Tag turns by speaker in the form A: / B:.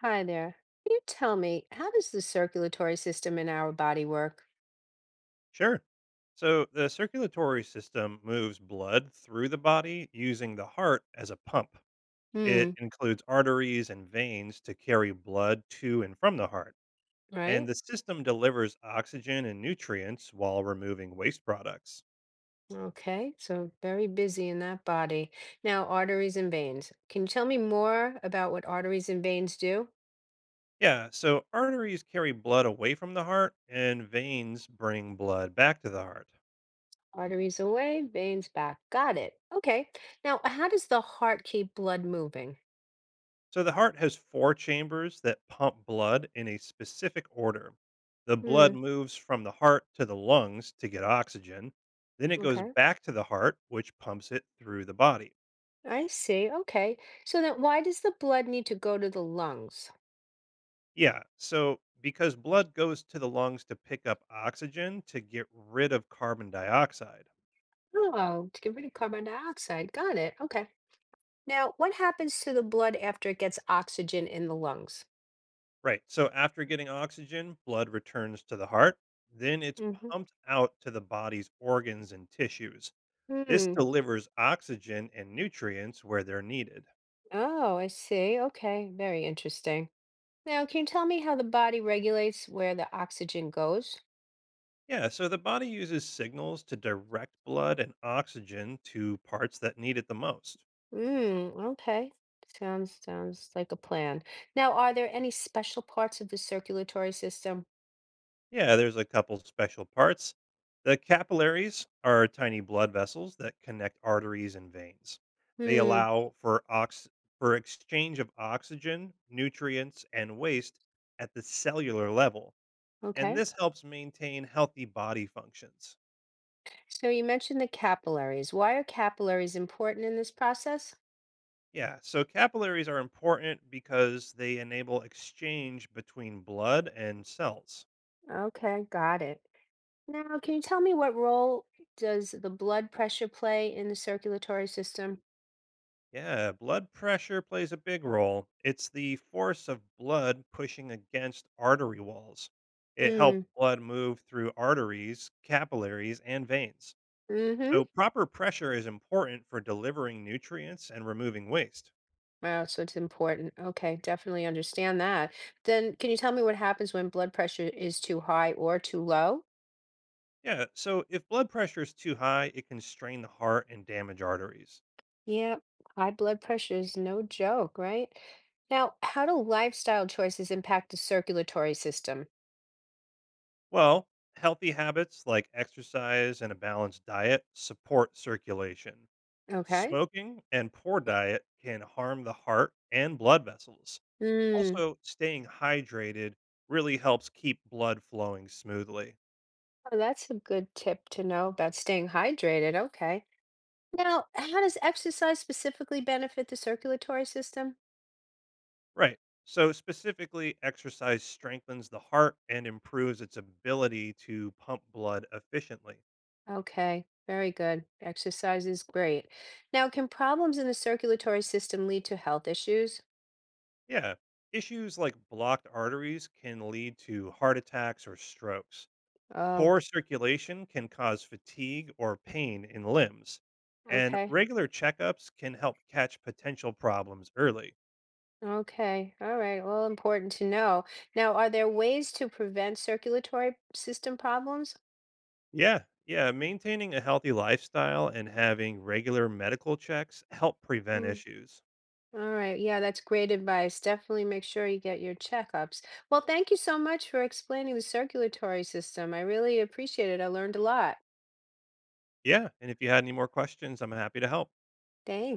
A: Hi there. Can you tell me, how does the circulatory system in our body work?
B: Sure. So the circulatory system moves blood through the body using the heart as a pump. It
A: Hmm,
B: includes arteries and veins to carry blood to and from the heart. And
A: right?
B: the system delivers oxygen and nutrients while removing waste products.
A: Okay, so very busy in that body. Now, arteries and veins. Can you tell me more about what arteries and veins do?
B: Yeah, so arteries carry blood away from the heart, and veins bring blood back to the heart.
A: Arteries away, veins back. Got it. Okay. Now, how does the heart keep blood moving?
B: So the heart has four chambers that pump blood in a specific order. The blood
A: Hmm,
B: moves from the heart to the lungs to get oxygen. Then it goes
A: okay.
B: back to the heart, which pumps it through the body.
A: I see. Okay. So then why does the blood need to go to the lungs?
B: Yeah. So because blood goes to the lungs to pick up oxygen to get rid of carbon dioxide.
A: Oh, to get rid of carbon dioxide. Got it. Okay. Now, what happens to the blood after it gets oxygen in the lungs?
B: Right. So after getting oxygen, blood returns to the heart. Then it's
A: Mm-hmm.
B: pumped out to the body's organs and tissues. This
A: Hmm.
B: delivers oxygen and nutrients where they're needed.
A: Oh, I see. Okay. Very interesting. Now, can you tell me how the body regulates where the oxygen goes?
B: Yeah, so the body uses signals to direct blood and oxygen to parts that need it the most.
A: Mm, okay. Sounds like a plan. Now, are there any special parts of the circulatory system?
B: Yeah, there's a couple special parts. The capillaries are tiny blood vessels that connect arteries and veins. They
A: Hmm.
B: allow for ox for exchange of oxygen, nutrients, and waste at the cellular level, and
A: Okay.
B: this helps maintain healthy body functions.
A: So you mentioned the capillaries. Why are capillaries important in this process?
B: Yeah, so capillaries are important because they enable exchange between blood and cells.
A: Okay, got it. Now, can you tell me what role does the blood pressure play in the circulatory system?
B: Yeah, blood pressure plays a big role. It's the force of blood pushing against artery walls. It helps
A: Mm,
B: blood move through arteries, capillaries, and veins.
A: mm-hmm.
B: So, proper pressure is important for delivering nutrients and removing waste.
A: Wow, so it's important. Okay, definitely understand that. Then can you tell me what happens when blood pressure is too high or too low?
B: Yeah, so if blood pressure is too high, it can strain the heart and damage arteries.
A: Yeah, high blood pressure is no joke, right? Now, how do lifestyle choices impact the circulatory system?
B: Well, healthy habits like exercise and a balanced diet support circulation.
A: Okay.
B: Smoking and poor diet can harm the heart and blood vessels.
A: Mm,
B: Also, staying hydrated really helps keep blood flowing smoothly.
A: oh, that's a good tip to know about staying hydrated. Okay. Now, how does exercise specifically benefit the circulatory system?
B: Right. So, specifically, exercise strengthens the heart and improves its ability to pump blood efficiently.
A: Okay, very good. Exercise is great. Now, can problems in the circulatory system lead to health issues?
B: Yeah. Issues like blocked arteries can lead to heart attacks or strokes.
A: Oh,
B: Poor circulation can cause fatigue or pain in limbs, and
A: okay.
B: regular checkups can help catch potential problems early.
A: Okay. All right. Well, important to know. Now, are there ways to prevent circulatory system problems?
B: Yeah, yeah, maintaining a healthy lifestyle and having regular medical checks help prevent
A: Hmm,
B: issues.
A: all right. Yeah, that's great advice. Definitely make sure you get your checkups. Well, thank you so much for explaining the circulatory system. I really appreciate it. I learned a lot.
B: Yeah, and if you had any more questions, I'm happy to help.
A: Thanks.